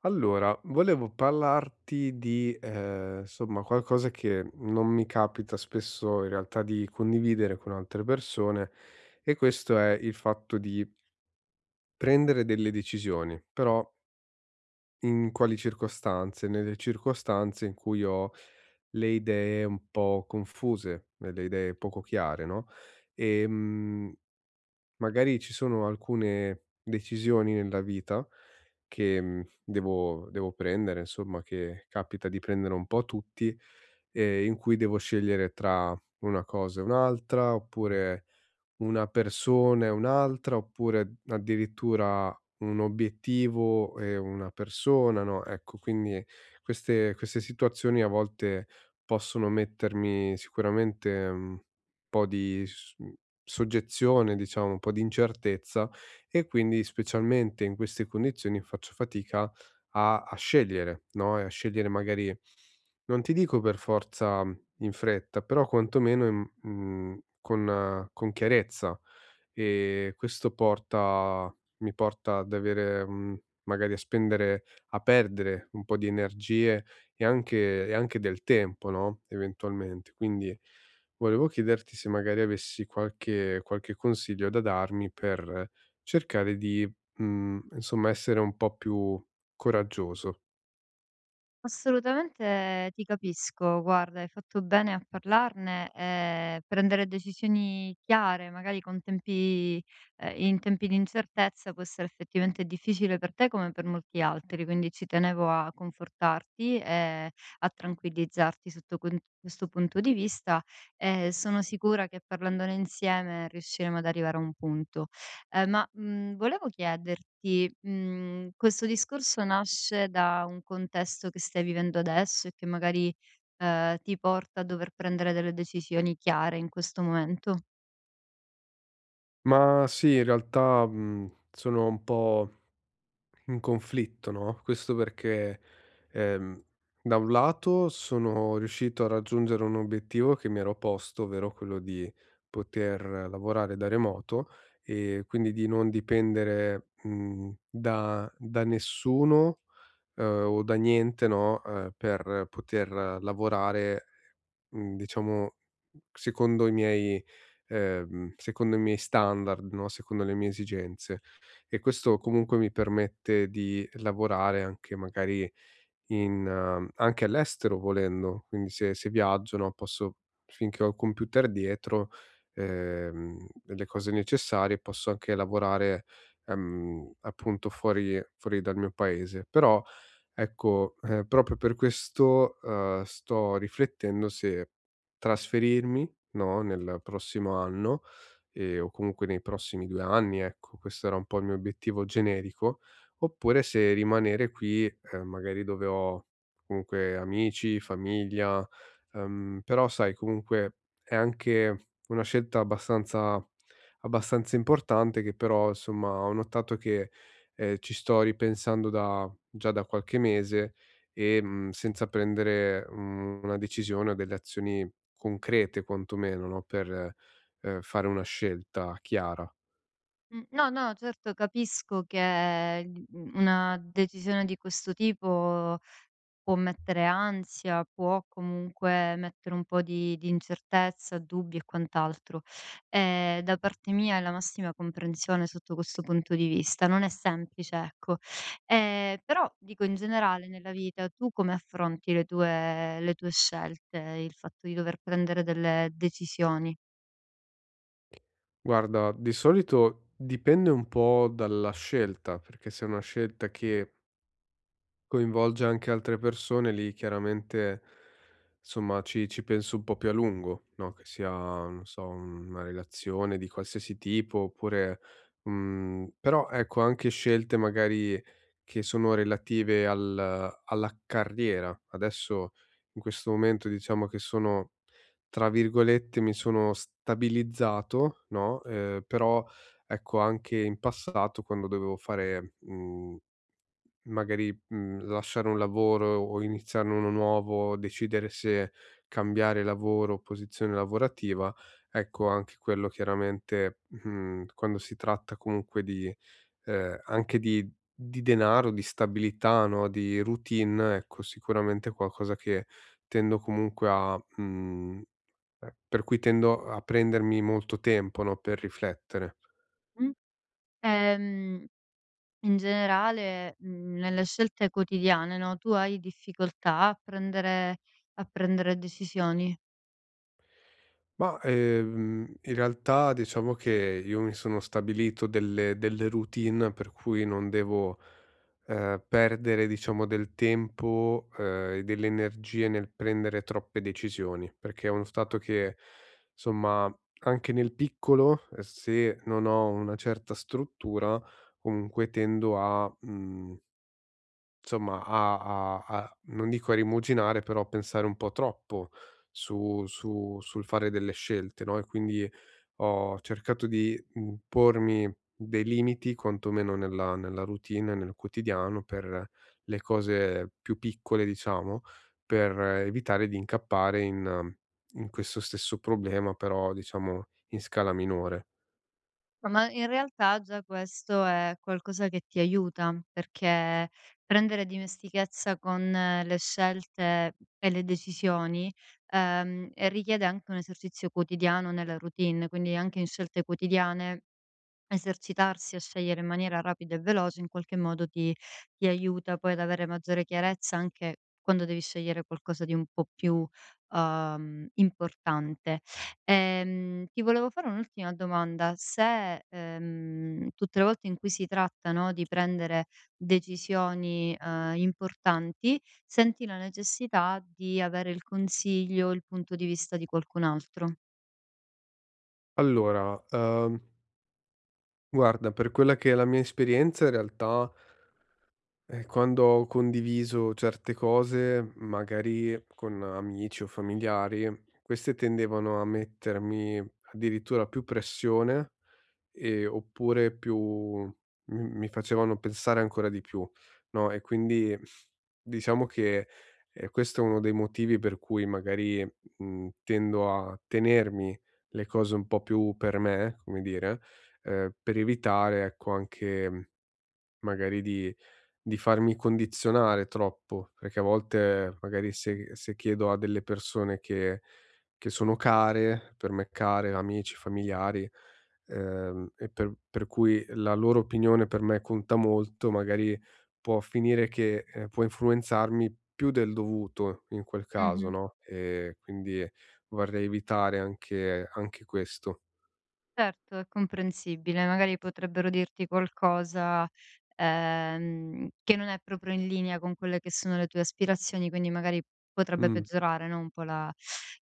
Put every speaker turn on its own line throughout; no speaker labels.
Allora, volevo parlarti di, insomma, qualcosa che non mi capita spesso in realtà di condividere con altre persone, e questo è il fatto di prendere delle decisioni, però in quali circostanze? Nelle circostanze in cui ho le idee un po' confuse, le idee poco chiare, no, ehm magari ci sono alcune decisioni nella vita che, devo prendere, insomma, che capita di prendere un po' a tutti, in cui devo scegliere tra una cosa e un'altra, oppure una persona e un'altra, oppure addirittura un obiettivo e una persona, no, ecco quindi queste situazioni a volte possono mettermi sicuramente, un po' di s mhmm, soggezione diciamo, un po' di incertezza, e quindi specialmente in queste condizioni faccio fatica a scegliere, no, e a scegliere magari non ti dico per forza in fretta, però quantomeno in mhmm, con chiarezza. E questo porta mi porta ad avere, magari a perdere un po' di energie e anche del tempo, no, eventualmente. Quindi volevo chiederti se magari avessi qualche consiglio da darmi per cercare di, insomma essere un po' più coraggioso.
Assolutamente ti capisco, guarda, hai fatto bene a parlarne e prendere decisioni chiare, magari con tempi, in tempi di incertezza, può essere effettivamente difficile per te come per molti altri, quindi ci tenevo a confortarti e a tranquillizzarti sotto questo punto di vista, e sono sicura che parlandone insieme riusciremo ad arrivare a un punto. Volevo chiederti, questo discorso nasce da un contesto che stai vivendo adesso e che magari, ti porta a dover prendere delle decisioni chiare in questo momento?
Ma sì, in realtà, sono un po' un conflitto, no, questo perché, ehm, da un lato sono riuscito a raggiungere un obiettivo che mi ero posto, ovvero quello di poter lavorare da remoto, e quindi di non dipendere, da nessuno, o da niente, no, per poter lavorare, diciamo, secondo i miei secondo i miei standard, no, secondo le mie esigenze. E questo comunque mi permette di lavorare anche magari in anche all'estero volendo, quindi se viaggio, no, posso, finché ho il computer dietro, le cose necessarie, posso anche lavorare, appunto fuori dal mio paese. Però ecco, proprio per questo, sto riflettendo se trasferirmi, no, nel prossimo anno, o comunque nei prossimi 2 anni, ecco, questo era un po' il mio obiettivo generico, oppure se rimanere qui, magari dove ho comunque amici, famiglia, però sai comunque è anche una scelta abbastanza importante, che però, insomma, ho notato che, ci sto ripensando da già da qualche mese e, senza prendere, una decisione o delle azioni concrete quantomeno, no, per, fare una scelta chiara.
No, no, certo, capisco che, una decisione di questo tipo può mettere ansia, può comunque mettere un po' di incertezza, dubbi e quant'altro. Da parte mia è la massima comprensione sotto questo punto di vista. Non è semplice, ecco. Però dico, in generale nella vita tu come affronti le tue scelte, il fatto di dover prendere delle decisioni?
Guarda, di solito dipende un po' dalla scelta, perché se è una scelta che coinvolge anche altre persone, lì chiaramente, somma ci penso un po' più a lungo, no, che sia, non so, una relazione di qualsiasi tipo oppure però ecco anche scelte magari che sono relative al alla carriera. Adesso in questo momento diciamo che sono, tra virgolette, "mi sono stabilizzato", no, però ecco anche in passato quando dovevo fare, magari, lasciare un lavoro o iniziarne uno nuovo, decidere se cambiare lavoro o posizione lavorativa, ecco anche quello chiaramente, quando si tratta comunque di anche di denaro, di stabilità, no, di routine, ecco sicuramente è qualcosa che tendo comunque a per cui tendo a prendermi molto tempo, no, per riflettere.
Mh. Ehm, In generale, nelle scelte quotidiane, no, tu hai difficoltà a prendere decisioni?
Ma, in realtà diciamo che io mi sono stabilito delle routine per cui non devo, perdere diciamo del tempo, e delle energie nel prendere troppe decisioni, perché è uno stato che, somma, anche nel piccolo, se non ho una certa struttura, comunque tendo a, mhmm insomma a a non dico a rimuginare, però a pensare un po' troppo su sul fare delle scelte, no, e quindi ho cercato di, pormi dei limiti quantomeno nella routine, nel quotidiano, per le cose più piccole, diciamo, per evitare di incappare in questo stesso problema, però diciamo in scala minore.
No, ma in realtà già questo è qualcosa che ti aiuta, perché prendere dimestichezza con le scelte e le decisioni, richiede anche un esercizio quotidiano nella routine, quindi anche in scelte quotidiane, esercitarsi a scegliere in maniera rapida e veloce in qualche modo ti aiuta poi ad avere maggiore chiarezza anche quando devi scegliere qualcosa di un po' più, importante. Ti volevo fare un'ultima domanda: se, tutte le volte in cui si tratta, no, di prendere decisioni, importanti, senti la necessità di avere il consiglio, il punto di vista di qualcun altro?
Allora, guarda, per quella che è la mia esperienza, in realtà quando ho condiviso certe cose, magari con amici o familiari, queste tendevano a mettermi addirittura più pressione, e oppure più mi facevano pensare ancora di più, no, e quindi diciamo che, questo è uno dei motivi per cui magari, tendo a tenermi le cose un po' più per me, come dire, per evitare, ecco, anche magari di farmi condizionare troppo, perché a volte magari se chiedo a delle persone che sono care, per me care, amici, familiari, e per cui la loro opinione per me conta molto, magari può finire che, può influenzarmi più del dovuto in quel caso,
Mh-mh.
no, quindi vorrei evitare anche questo.
Certo, è comprensibile. Magari potrebbero dirti qualcosa, che non è proprio in linea con quelle che sono le tue aspirazioni, quindi magari potrebbe
Mh.
peggiorare, no, un po' la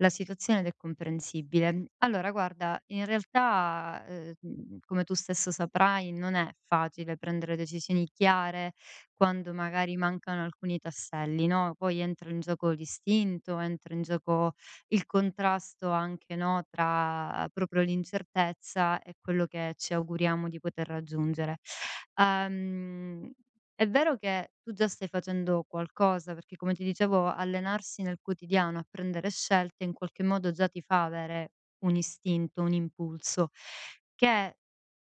situazione, ed è comprensibile. Allora guarda, in realtà, come tu stesso saprai, non è facile prendere decisioni chiare quando magari mancano alcuni tasselli, no, poi entra in gioco l'istinto, entra in gioco il contrasto anche, no, tra proprio l'incertezza e quello che ci auguriamo di poter raggiungere. Ehm, è vero che tu già stai facendo qualcosa, perché come ti dicevo, allenarsi nel quotidiano a prendere scelte in qualche modo già ti fa avere un istinto, un impulso, che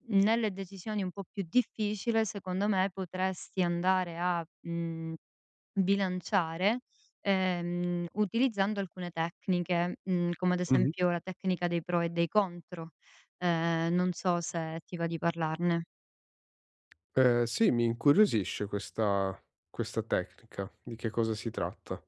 nelle decisioni un po' più difficili, secondo me, potresti andare a, bilanciare utilizzando alcune tecniche, come ad
Mh-mh.
esempio la tecnica dei pro e dei contro. Non so se ti va di parlarne.
Sì, mi incuriosisce questa tecnica. Di che cosa si tratta?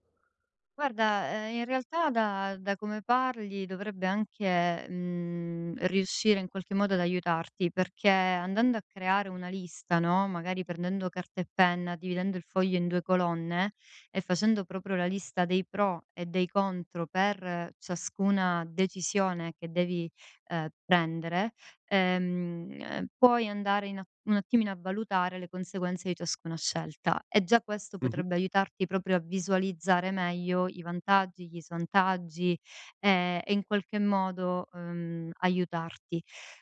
Guarda, in realtà da come parli dovrebbe anche, riuscire in qualche modo ad aiutarti, perché andando a creare una lista, no, magari prendendo carta e penna, dividendo il foglio in 2 colonne e facendo proprio la lista dei pro e dei contro per ciascuna decisione che devi, prendere, puoi andare in a un attimino a valutare le conseguenze di ciascuna scelta, e già questo
Mh-mh.
potrebbe aiutarti proprio a visualizzare meglio i vantaggi, gli svantaggi, e in qualche modo, aiutarti.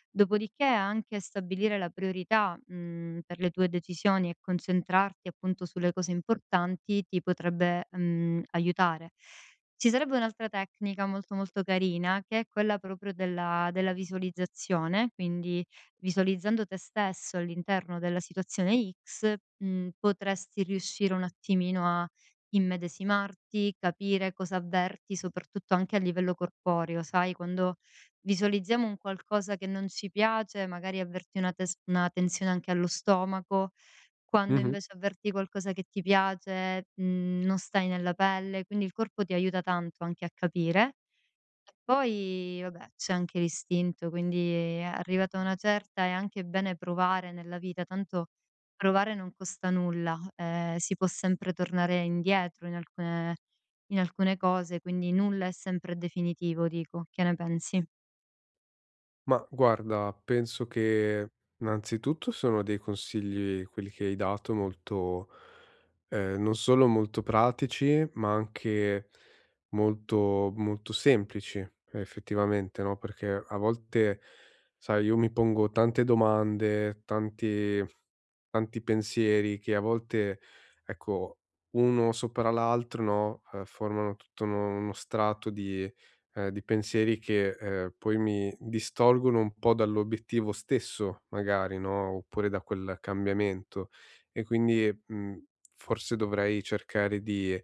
Dopodiché anche stabilire la priorità, per le tue decisioni e concentrarti appunto sulle cose importanti ti potrebbe, aiutare. Ci sarebbe un'altra tecnica molto, molto carina, che è quella proprio della visualizzazione, quindi visualizzando te stesso all'interno della situazione X, potresti riuscire un attimino a immedesimarti, capire cosa avverti, soprattutto anche a livello corporeo, sai, quando visualizziamo un qualcosa che non ci piace, magari avverti una tes una tensione anche allo stomaco, quando
Mh-mh.
invece avverti qualcosa che ti piace, non stai nella pelle, quindi il corpo ti aiuta tanto anche a capire. E poi vabbè, c'è anche l'istinto, quindi è arrivata a una certa, è anche bene provare nella vita, tanto provare non costa nulla, si può sempre tornare indietro in alcune cose, quindi nulla è sempre definitivo, dico. Che ne pensi?
Ma guarda, penso che innanzitutto sono dei consigli, quelli che hai dato, molto, non solo molto pratici, ma anche molto semplici, effettivamente, no, perché a volte, sai, io mi pongo tante domande, tanti pensieri, che a volte, ecco, uno sopra l'altro, no, formano tutto uno strato di pensieri che, poi mi distolgono un po' dall'obiettivo stesso magari, no, oppure da quel cambiamento. E quindi, forse dovrei cercare di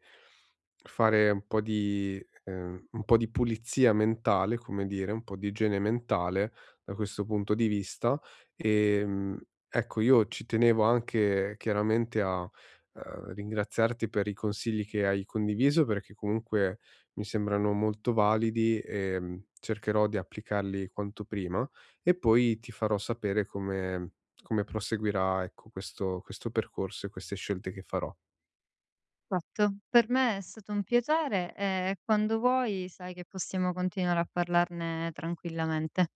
fare un po' di pulizia mentale, come dire, un po' di igiene mentale da questo punto di vista. Ehm, ecco, io ci tenevo anche chiaramente a, ringraziarti per i consigli che hai condiviso, perché comunque mi sembrano molto validi e, cercherò di applicarli quanto prima, e poi ti farò sapere come proseguirà, ecco, questo percorso e queste scelte che farò.
Fatto. Per me è stato un piacere, e quando vuoi sai che possiamo continuare a parlarne tranquillamente.